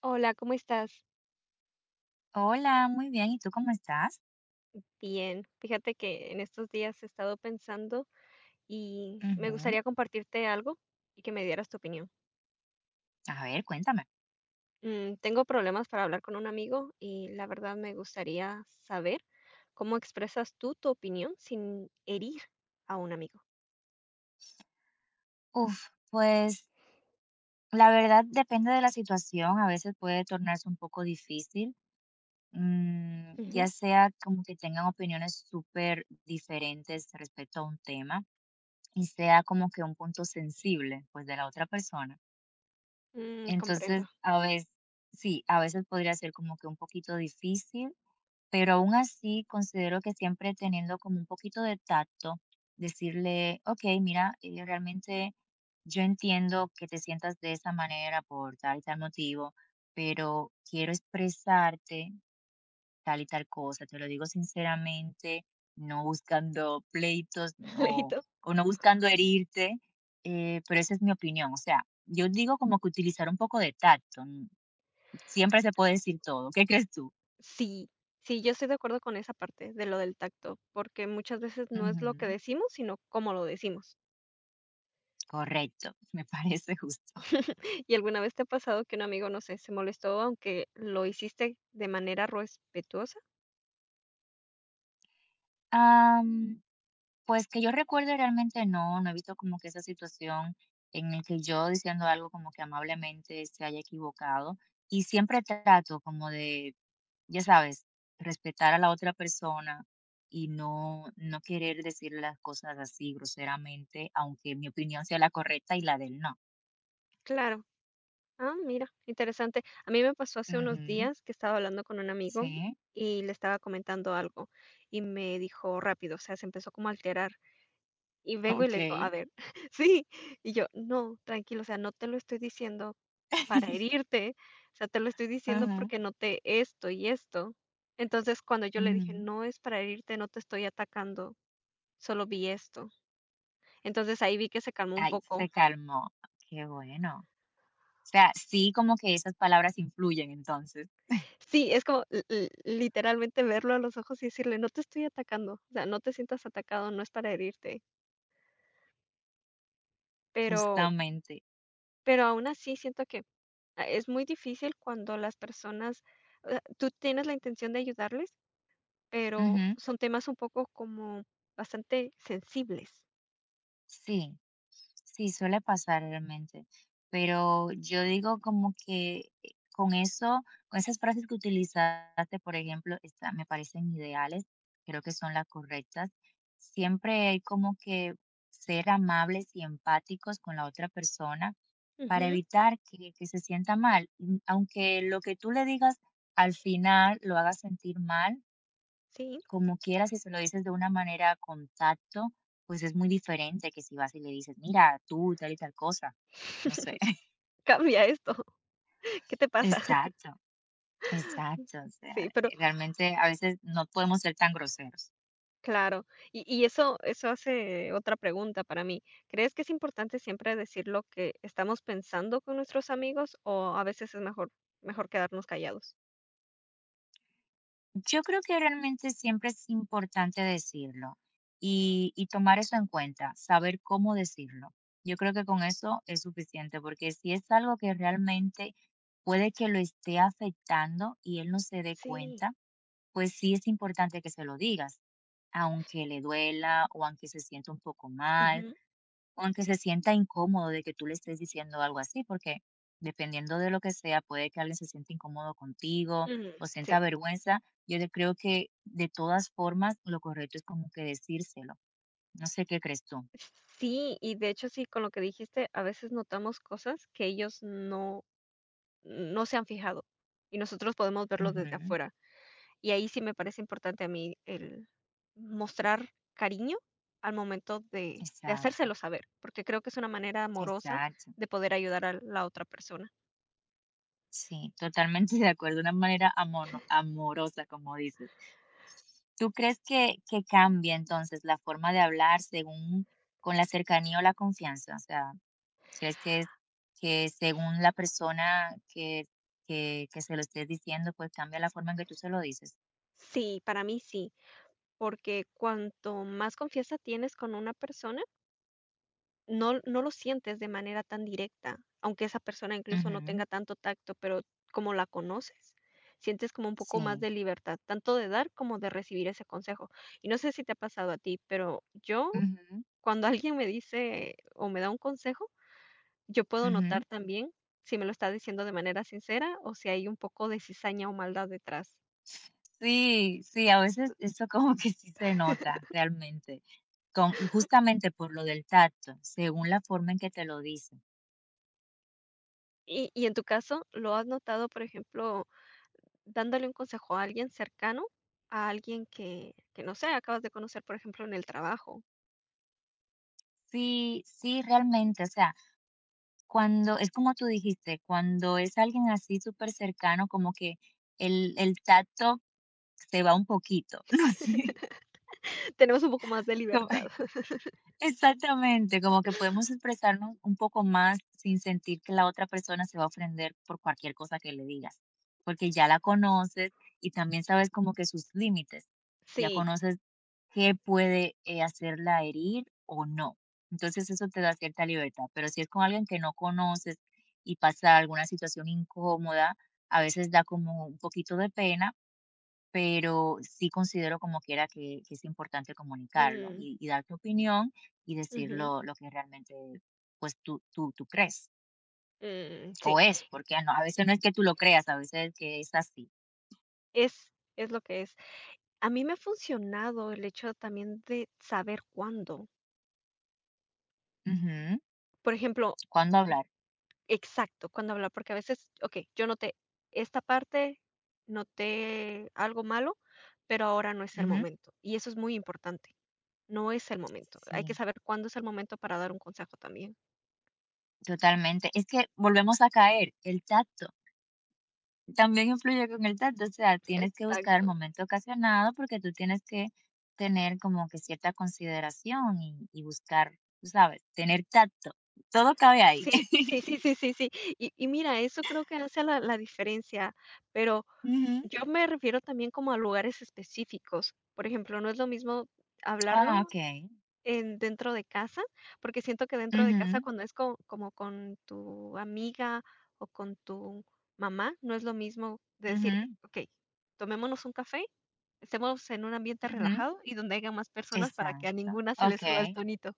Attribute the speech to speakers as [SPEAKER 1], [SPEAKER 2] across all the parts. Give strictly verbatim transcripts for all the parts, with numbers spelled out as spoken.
[SPEAKER 1] Hola, ¿cómo estás?
[SPEAKER 2] Hola, muy bien, ¿y tú cómo estás?
[SPEAKER 1] Bien. Fíjate que en estos días he estado pensando y me
[SPEAKER 2] Ujú.
[SPEAKER 1] gustaría compartirte algo y que me dieras tu opinión.
[SPEAKER 2] A ver, cuéntame.
[SPEAKER 1] Mm, tengo problemas para hablar con un amigo y la verdad me gustaría saber cómo expresas tú tu opinión sin herir a un amigo.
[SPEAKER 2] Uf, pues la verdad depende de la situación, a veces puede tornarse un poco difícil, mm, ya
[SPEAKER 1] Ujú.
[SPEAKER 2] sea como que tengan opiniones súper diferentes respecto a un tema y sea como que un punto sensible, pues, de la otra persona.
[SPEAKER 1] Mm,
[SPEAKER 2] Entonces,
[SPEAKER 1] comprendo.
[SPEAKER 2] a veces, sí, a veces podría ser como que un poquito difícil. Pero aún así, considero que siempre teniendo como un poquito de tacto, decirle, ok, mira, eh, realmente yo entiendo que te sientas de esa manera por tal y tal motivo, pero quiero expresarte tal y tal cosa, te lo digo sinceramente, no buscando pleitos no,
[SPEAKER 1] Leíto.
[SPEAKER 2] o no buscando herirte, eh, pero esa es mi opinión. O sea, yo digo como que utilizar un poco de tacto, n- siempre se puede decir todo. ¿Qué crees tú?
[SPEAKER 1] Sí, sí, yo estoy de acuerdo con esa parte de lo del tacto, porque muchas veces no es lo que
[SPEAKER 2] Ujú.
[SPEAKER 1] decimos, sino cómo lo decimos.
[SPEAKER 2] Correcto, me parece justo.
[SPEAKER 1] ¿Y alguna vez te ha pasado que un amigo, no sé, se molestó aunque lo hiciste de manera respetuosa?
[SPEAKER 2] Am, pues que yo recuerde realmente no, no he visto como que esa situación en el que yo diciendo algo como que amablemente se haya equivocado y siempre trato como de, ya sabes, respetar a la otra persona y no, no querer decir las cosas así groseramente, aunque mi opinión sea la correcta y la del no.
[SPEAKER 1] Claro. Ah, mira, interesante. A mí me pasó hace unos
[SPEAKER 2] Ujú.
[SPEAKER 1] días que estaba hablando con un amigo
[SPEAKER 2] Sí,
[SPEAKER 1] y le estaba comentando algo y me dijo rápido, o sea, se empezó como a alterar y vengo y
[SPEAKER 2] ok.
[SPEAKER 1] le digo, a ver, sí, y yo, no, tranquilo, o sea, no te lo estoy diciendo para herirte, o sea, te lo estoy diciendo
[SPEAKER 2] Ajá,
[SPEAKER 1] porque noté esto y esto. Entonces, cuando yo le dije,
[SPEAKER 2] ujú.
[SPEAKER 1] no es para herirte, no te estoy atacando, solo vi esto. Entonces, ahí vi que se calmó un
[SPEAKER 2] Ay,
[SPEAKER 1] poco.
[SPEAKER 2] se calmó. Qué bueno. O sea, sí, como que esas palabras influyen entonces,
[SPEAKER 1] Sí, es como li li literalmente verlo a los ojos y decirle: "No te estoy atacando, o sea, no te sientas atacado, no es para herirte". Pero
[SPEAKER 2] justamente.
[SPEAKER 1] pero aún así siento que, ah, es muy difícil cuando las personas, eh, tú tienes la intención de ayudarles, pero son temas un poco como bastante sensibles.
[SPEAKER 2] Sí, sí, suele pasar realmente, pero yo digo como que eh, con eso, con esas frases que utilizaste, por ejemplo, esta- me parecen ideales, creo que son las correctas. Siempre hay como que ser amables y empáticos con la otra persona para
[SPEAKER 1] Ujú,
[SPEAKER 2] evitar que, que se sienta mal, y aunque lo que tú le digas al final lo haga sentir mal
[SPEAKER 1] sí.
[SPEAKER 2] como quieras si se lo dices de una manera con tacto, pues es muy diferente que si vas y le dices, mira, tú tal y tal cosa. No sé.
[SPEAKER 1] Cambia esto, ¿qué te pasa?
[SPEAKER 2] Exacto, exacto. O sea,
[SPEAKER 1] Sí, pero
[SPEAKER 2] realmente a veces no podemos ser tan groseros.
[SPEAKER 1] claro. Y y eso eso hace otra pregunta para mí. ¿Crees que es importante siempre decir lo que estamos pensando con nuestros amigos o a veces es mejor mejor quedarnos callados?
[SPEAKER 2] Yo creo que realmente siempre es importante decirlo y y tomar eso en cuenta, saber cómo decirlo. Yo creo que con eso es suficiente, porque si es algo que realmente puede que lo esté afectando y él no se dé
[SPEAKER 1] Sí.
[SPEAKER 2] cuenta, pues sí es importante que se lo digas, aunque le duela o aunque se sienta un poco mal,
[SPEAKER 1] Ujú.
[SPEAKER 2] aunque se sienta incómodo de que tú le estés diciendo algo así, porque dependiendo de lo que sea, puede que alguien se sienta incómodo contigo
[SPEAKER 1] Mm,
[SPEAKER 2] o sienta
[SPEAKER 1] sí.
[SPEAKER 2] vergüenza. Yo de- creo que de todas formas lo correcto es como que decírselo. No sé qué crees tú.
[SPEAKER 1] Sí, y de hecho, sí, con lo que dijiste, a veces notamos cosas que ellos no no se han fijado y nosotros podemos verlo desde
[SPEAKER 2] Ujú.
[SPEAKER 1] afuera. Y ahí sí me parece importante a mí el mostrar cariño al momento de de
[SPEAKER 2] Exacto,
[SPEAKER 1] hacérselo saber, porque creo que es una manera amorosa
[SPEAKER 2] exacto.
[SPEAKER 1] de poder ayudar a la otra persona.
[SPEAKER 2] Sí, totalmente de acuerdo, de una manera amor- amorosa, como dices. ¿Tú crees que, que cambia entonces la forma de hablar según con la cercanía o la confianza? O sea, ¿crees que que según la persona que que que se lo estés diciendo, pues, cambia la forma en que tú se lo dices?
[SPEAKER 1] Sí, para mí sí, porque cuanto más confianza tienes con una persona, no no lo sientes de manera tan directa, aunque esa persona incluso no
[SPEAKER 2] Ujú.
[SPEAKER 1] tenga tanto tacto, pero como la conoces, sientes como un poco más
[SPEAKER 2] Sí.
[SPEAKER 1] de libertad, tanto de dar como de recibir ese consejo. Y no sé si te ha pasado a ti, pero yo,
[SPEAKER 2] Ujú,
[SPEAKER 1] cuando alguien me dice o me da un consejo, yo puedo
[SPEAKER 2] ujú.
[SPEAKER 1] notar también si me lo está diciendo de manera sincera o si hay un poco de cizaña o maldad detrás.
[SPEAKER 2] Sí, sí, a veces eso como que sí se nota realmente, con justamente por lo del tacto, según la forma en que te lo dicen.
[SPEAKER 1] Y, y en tu caso, ¿lo has notado, por ejemplo, dándole un consejo a alguien cercano, a alguien que, que no sé, acabas de conocer, por ejemplo, en el trabajo?
[SPEAKER 2] Sí, sí, realmente, o sea, cuando es como tú dijiste, cuando es alguien así súper cercano como que el el tacto se va un poquito, no sé,
[SPEAKER 1] Tenemos un poco más de
[SPEAKER 2] como
[SPEAKER 1] libertad.
[SPEAKER 2] Exactamente, como que podemos expresarnos un poco más sin sentir que la otra persona se va a ofender por cualquier cosa que le digas, porque ya la conoces y también sabes como que sus límites, ya
[SPEAKER 1] Sí,
[SPEAKER 2] conoces qué puede eh, hacerla herir o no. Entonces eso te da cierta libertad, pero si es con alguien que no conoces y pasa alguna situación incómoda, a veces da como un poquito de pena, pero sí considero como quiera que, que es importante comunicarlo
[SPEAKER 1] mm,
[SPEAKER 2] y, y dar tu opinión y decir
[SPEAKER 1] ujú,
[SPEAKER 2] lo, lo que realmente pues tú, tú, tú crees
[SPEAKER 1] mm,
[SPEAKER 2] o
[SPEAKER 1] sí,
[SPEAKER 2] es, porque ah, no, a veces no es que tú lo creas, a veces es que es así.
[SPEAKER 1] es, es lo que es. A mí me ha funcionado el hecho también de saber cuándo.
[SPEAKER 2] Ujú.
[SPEAKER 1] Por ejemplo,
[SPEAKER 2] ¿Cuándo hablar?
[SPEAKER 1] exacto, cuando hablar, porque a veces, okey, yo noté esta parte, noté algo malo, pero ahora no es el
[SPEAKER 2] Ujú.
[SPEAKER 1] momento, y eso es muy importante, no es el momento. Hay
[SPEAKER 2] Sí,
[SPEAKER 1] que saber cuándo es el momento para dar un consejo también.
[SPEAKER 2] totalmente. Es que volvemos a caer, el tacto. También influye con el tacto, o sea, tienes
[SPEAKER 1] El
[SPEAKER 2] que buscar el
[SPEAKER 1] tacto.
[SPEAKER 2] momento ocasionado porque tú tienes que tener como que cierta consideración y, y buscar, tú sabes, tener tacto. Todo cabe ahí.
[SPEAKER 1] Sí, sí, sí, sí, sí, sí. Y y mira, eso creo que hace la la diferencia, pero
[SPEAKER 2] Ujú.
[SPEAKER 1] yo me refiero también como a lugares específicos. Por ejemplo, no es lo mismo hablarlo
[SPEAKER 2] Ah, okay.
[SPEAKER 1] En dentro de casa, porque siento que dentro de casa
[SPEAKER 2] Ujú,
[SPEAKER 1] cuando es co como con tu amiga o con tu mamá, no es lo mismo de decir:
[SPEAKER 2] ujú,
[SPEAKER 1] "Okey, tomémonos un café, estemos en un ambiente
[SPEAKER 2] ujú.
[SPEAKER 1] relajado y donde haya más personas para que a
[SPEAKER 2] Exacto.
[SPEAKER 1] ninguna se le suba el
[SPEAKER 2] Okay,
[SPEAKER 1] tonito".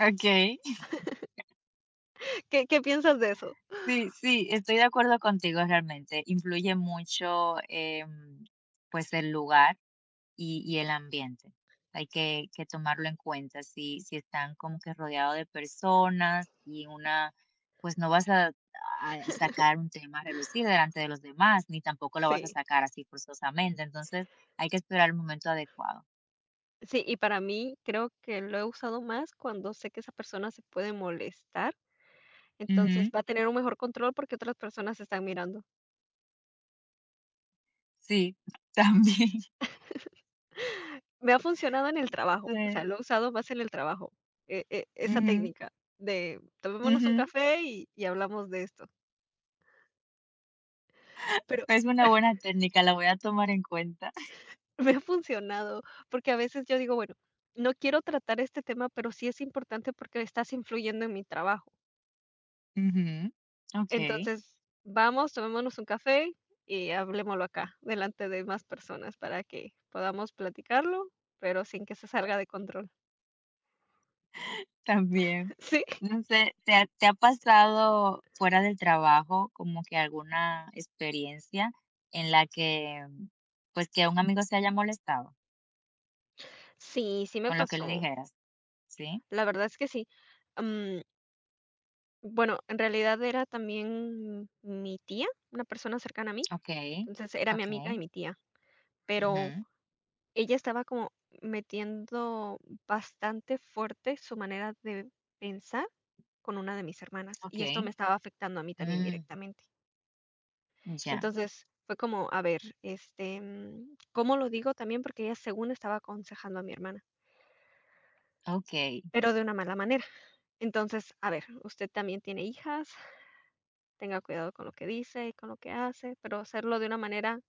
[SPEAKER 2] okay.
[SPEAKER 1] ¿Qué qué piensas de eso?
[SPEAKER 2] Sí, sí, estoy de acuerdo contigo realmente. Influye mucho, em, pues, el lugar. Y, y el ambiente. Hay que, que tomarlo en cuenta. Si, si están como que rodeados de personas y una, pues no vas a, a sacar un tema a relucir delante de los demás, ni tampoco lo vas a
[SPEAKER 1] Sí.
[SPEAKER 2] sacar así forzosamente. Entonces hay que esperar el momento adecuado.
[SPEAKER 1] Sí, y para mí creo que lo he usado más cuando sé que esa persona se puede molestar, entonces
[SPEAKER 2] Ujú.
[SPEAKER 1] va a tener un mejor control porque otras personas están mirando.
[SPEAKER 2] Sí, también.
[SPEAKER 1] Me ha funcionado en el trabajo, o
[SPEAKER 2] No.
[SPEAKER 1] sea, lo he usado más en el trabajo, e e esa
[SPEAKER 2] Ujú,
[SPEAKER 1] técnica de tomémonos un
[SPEAKER 2] ujú.
[SPEAKER 1] café y y hablamos de esto. Pero
[SPEAKER 2] Es una buena técnica, la voy a tomar en cuenta.
[SPEAKER 1] me ha funcionado, porque a veces yo digo, bueno, no quiero tratar este tema, pero sí es importante porque estás influyendo en mi trabajo.
[SPEAKER 2] Ujú. Ok.
[SPEAKER 1] Entonces, vamos, tomémonos un café y hablemoslo acá, delante de más personas para que podamos platicarlo, pero sin que se salga de control.
[SPEAKER 2] También.
[SPEAKER 1] Sí.
[SPEAKER 2] No sé, ¿te ha te ha pasado fuera del trabajo como que alguna experiencia en la que, pues, que un amigo se haya molestado
[SPEAKER 1] Sí, sí me
[SPEAKER 2] con lo que le
[SPEAKER 1] pasó.
[SPEAKER 2] dijeras? ¿Sí?
[SPEAKER 1] La verdad es que sí. Mm. Bueno, en realidad era también mi tía, una persona cercana a mí,
[SPEAKER 2] Okey,
[SPEAKER 1] entonces era mi amiga
[SPEAKER 2] okey,
[SPEAKER 1] y mi tía, pero
[SPEAKER 2] ujú,
[SPEAKER 1] ella estaba como metiendo bastante fuerte su manera de pensar con una de mis hermanas y esto
[SPEAKER 2] okey,
[SPEAKER 1] me estaba afectando a mí también
[SPEAKER 2] mm,
[SPEAKER 1] directamente.
[SPEAKER 2] ya,
[SPEAKER 1] Entonces fue como, a ver, este, mm, ¿cómo lo digo también? Porque ella según estaba aconsejando a mi hermana,
[SPEAKER 2] okey,
[SPEAKER 1] pero de una mala manera. Entonces, a ver, usted también tiene hijas, tenga cuidado con lo que dice y con lo que hace, pero hacerlo de una manera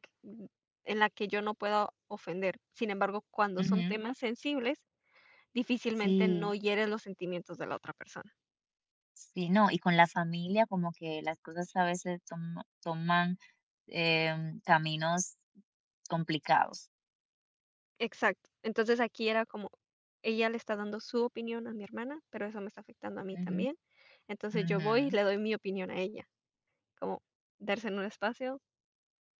[SPEAKER 1] que- mm, en la que yo no pueda ofender. Sin embargo, cuando son
[SPEAKER 2] ujú.
[SPEAKER 1] temas sensibles, difícilmente no
[SPEAKER 2] Sí,
[SPEAKER 1] hieres los sentimientos de la otra persona.
[SPEAKER 2] sí, no, y con la familia como que las cosas a veces toma toman, em, caminos complicados.
[SPEAKER 1] Exacto. Entonces aquí era como, ella le está dando su opinión a mi hermana, pero eso me está afectando a mí
[SPEAKER 2] Ujú,
[SPEAKER 1] también. Entonces yo voy y
[SPEAKER 2] ujú.
[SPEAKER 1] le doy mi opinión a ella, como darse en un espacio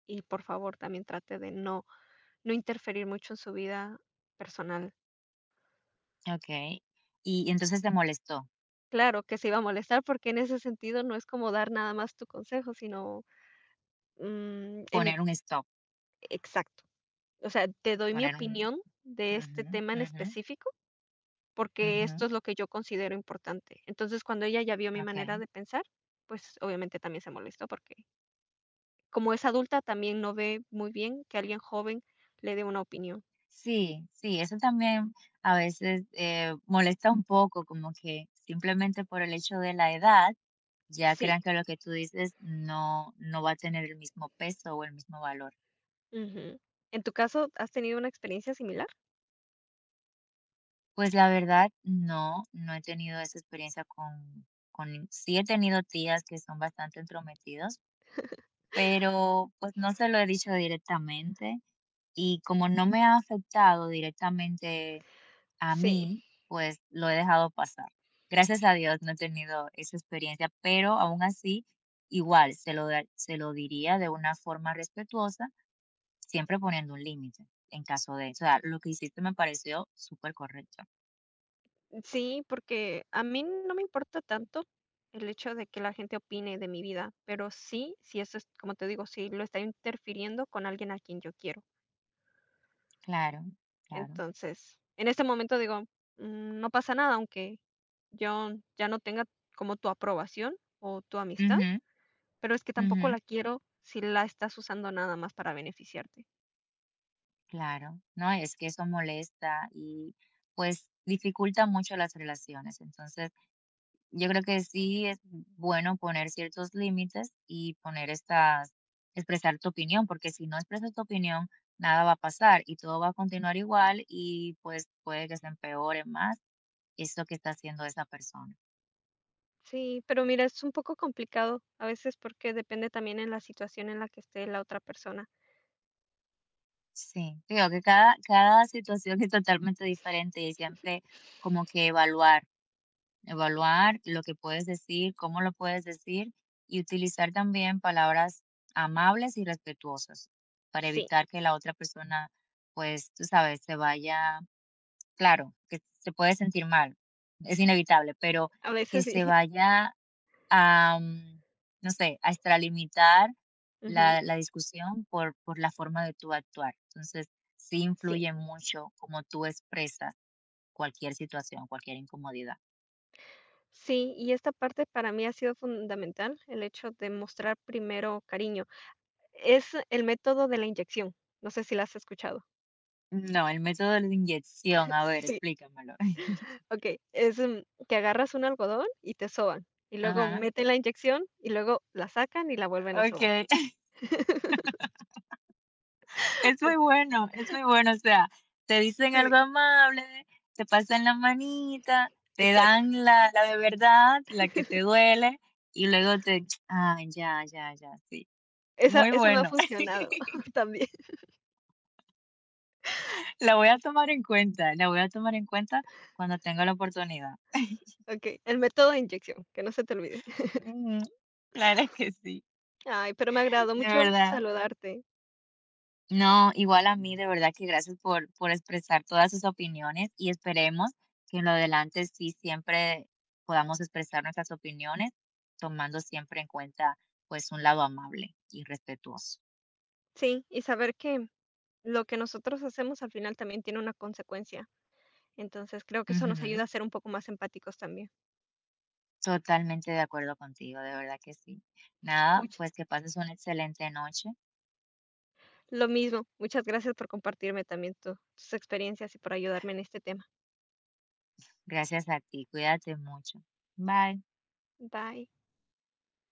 [SPEAKER 1] y por favor también trate de no, no interferir mucho en su vida personal.
[SPEAKER 2] Okey. Y entonces te molestó
[SPEAKER 1] Claro, que se iba a molestar, porque en ese sentido no es como dar nada más tu consejo, sino, mm, en mi
[SPEAKER 2] poner un stop,
[SPEAKER 1] exacto. O sea, te doy mi
[SPEAKER 2] poner un
[SPEAKER 1] opinión de
[SPEAKER 2] ujú,
[SPEAKER 1] este tema en
[SPEAKER 2] ujú,
[SPEAKER 1] específico, porque
[SPEAKER 2] ujú,
[SPEAKER 1] esto es lo que yo considero importante. Entonces, cuando ella ya vio mi manera
[SPEAKER 2] okey.
[SPEAKER 1] de pensar, pues, obviamente también se molestó, porque como es adulta, también no ve muy bien que alguien joven le dé una opinión.
[SPEAKER 2] Sí, sí, eso también a veces, eh, molesta un poco, como que simplemente por el hecho de la edad, ya
[SPEAKER 1] Sí.
[SPEAKER 2] crean que lo que tú dices no no va a tener el mismo peso o el mismo valor.
[SPEAKER 1] Ujú. ¿En tu caso has tenido una experiencia similar?
[SPEAKER 2] Pues la verdad, no, no he tenido esa experiencia con con sí he tenido tías que son bastante entrometidos, pero, pues, no se lo he dicho directamente. Y como no me ha afectado directamente a
[SPEAKER 1] Sí.
[SPEAKER 2] mí, pues lo he dejado pasar. Gracias a Dios no he tenido esa experiencia, pero aún así, igual se lo, da- se lo diría de una forma respetuosa, siempre poniendo un límite en caso de, o sea, lo que hiciste me pareció súper correcto.
[SPEAKER 1] Sí, porque a mí no me importa tanto el hecho de que la gente opine de mi vida, pero sí, si eso es, como te digo, si lo está interfiriendo con alguien a quien yo quiero.
[SPEAKER 2] Claro, claro.
[SPEAKER 1] Entonces, en este momento digo, "Mm, no pasa nada, aunque yo ya no tenga como tu aprobación o tu amistad,
[SPEAKER 2] Ujú,
[SPEAKER 1] pero es que
[SPEAKER 2] ujú,
[SPEAKER 1] tampoco la quiero si la estás usando nada más para beneficiarte".
[SPEAKER 2] claro. No, es que eso molesta y pues dificulta mucho las relaciones. Entonces, yo creo que sí es bueno poner ciertos límites y poner estas expresar tu opinión, porque si no expresas tu opinión, nada va a pasar y todo va a continuar igual y, pues, puede que se empeore más eso que está haciendo esa persona.
[SPEAKER 1] Sí, pero mira, es un poco complicado a veces porque depende también en la situación en la que esté la otra persona.
[SPEAKER 2] Sí, digo que cada cada situación es totalmente diferente y siempre como que evaluar evaluar lo que puedes decir, cómo lo puedes decir y utilizar también palabras amables y respetuosas para
[SPEAKER 1] Sí,
[SPEAKER 2] evitar que la otra persona, pues, tú sabes, se vaya, claro, que se puede sentir mal, es inevitable, pero
[SPEAKER 1] a
[SPEAKER 2] que
[SPEAKER 1] veces
[SPEAKER 2] se
[SPEAKER 1] sí.
[SPEAKER 2] vaya a, mm, no sé, a extralimitar
[SPEAKER 1] Ujú,
[SPEAKER 2] la, la discusión por, por la forma de tú actuar. Entonces, sí
[SPEAKER 1] sí,
[SPEAKER 2] influye mucho cómo tú expresas cualquier situación, cualquier incomodidad.
[SPEAKER 1] sí, y esta parte para mí ha sido fundamental, el hecho de mostrar primero cariño. Es el método de la inyección. No sé si la has escuchado.
[SPEAKER 2] No, el método de la inyección, a ver,
[SPEAKER 1] Sí,
[SPEAKER 2] explícamelo.
[SPEAKER 1] ok. Es mm, que agarras un algodón y te soban. Y luego
[SPEAKER 2] Ajá,
[SPEAKER 1] meten la inyección y luego la sacan y la vuelven a sobar.
[SPEAKER 2] okey. Es muy bueno, es muy bueno, o sea, te dicen algo
[SPEAKER 1] Sí,
[SPEAKER 2] amable, te pasan la manita, te
[SPEAKER 1] exacto.
[SPEAKER 2] dan la la de verdad, la que te duele, y luego te ah, ya, ya, ya, sí.
[SPEAKER 1] Esa,
[SPEAKER 2] Muy
[SPEAKER 1] esa me ha
[SPEAKER 2] bueno.
[SPEAKER 1] funcionado también.
[SPEAKER 2] La voy a tomar en cuenta, la voy a tomar en cuenta cuando tenga la oportunidad.
[SPEAKER 1] Ok, el método de inyección, que no se te olvide.
[SPEAKER 2] Ujú, claro que sí,
[SPEAKER 1] Ay, pero me agradó
[SPEAKER 2] de
[SPEAKER 1] mucho
[SPEAKER 2] verdad.
[SPEAKER 1] saludarte.
[SPEAKER 2] No, igual a mí, de verdad que gracias por, por expresar todas sus opiniones y esperemos que en lo adelante sí siempre podamos expresar nuestras opiniones, tomando siempre en cuenta pues un lado amable y respetuoso.
[SPEAKER 1] Sí, y saber que lo que nosotros hacemos al final también tiene una consecuencia. Entonces, creo que eso nos ayuda
[SPEAKER 2] Ujú.
[SPEAKER 1] a ser un poco más empáticos también.
[SPEAKER 2] Totalmente de acuerdo contigo, de verdad que sí. Nada,
[SPEAKER 1] Much
[SPEAKER 2] pues que pases una excelente noche.
[SPEAKER 1] Lo mismo, muchas gracias por compartirme también tu tus experiencias y por ayudarme en este tema.
[SPEAKER 2] Gracias a ti, cuídate mucho. Bye.
[SPEAKER 1] Bye.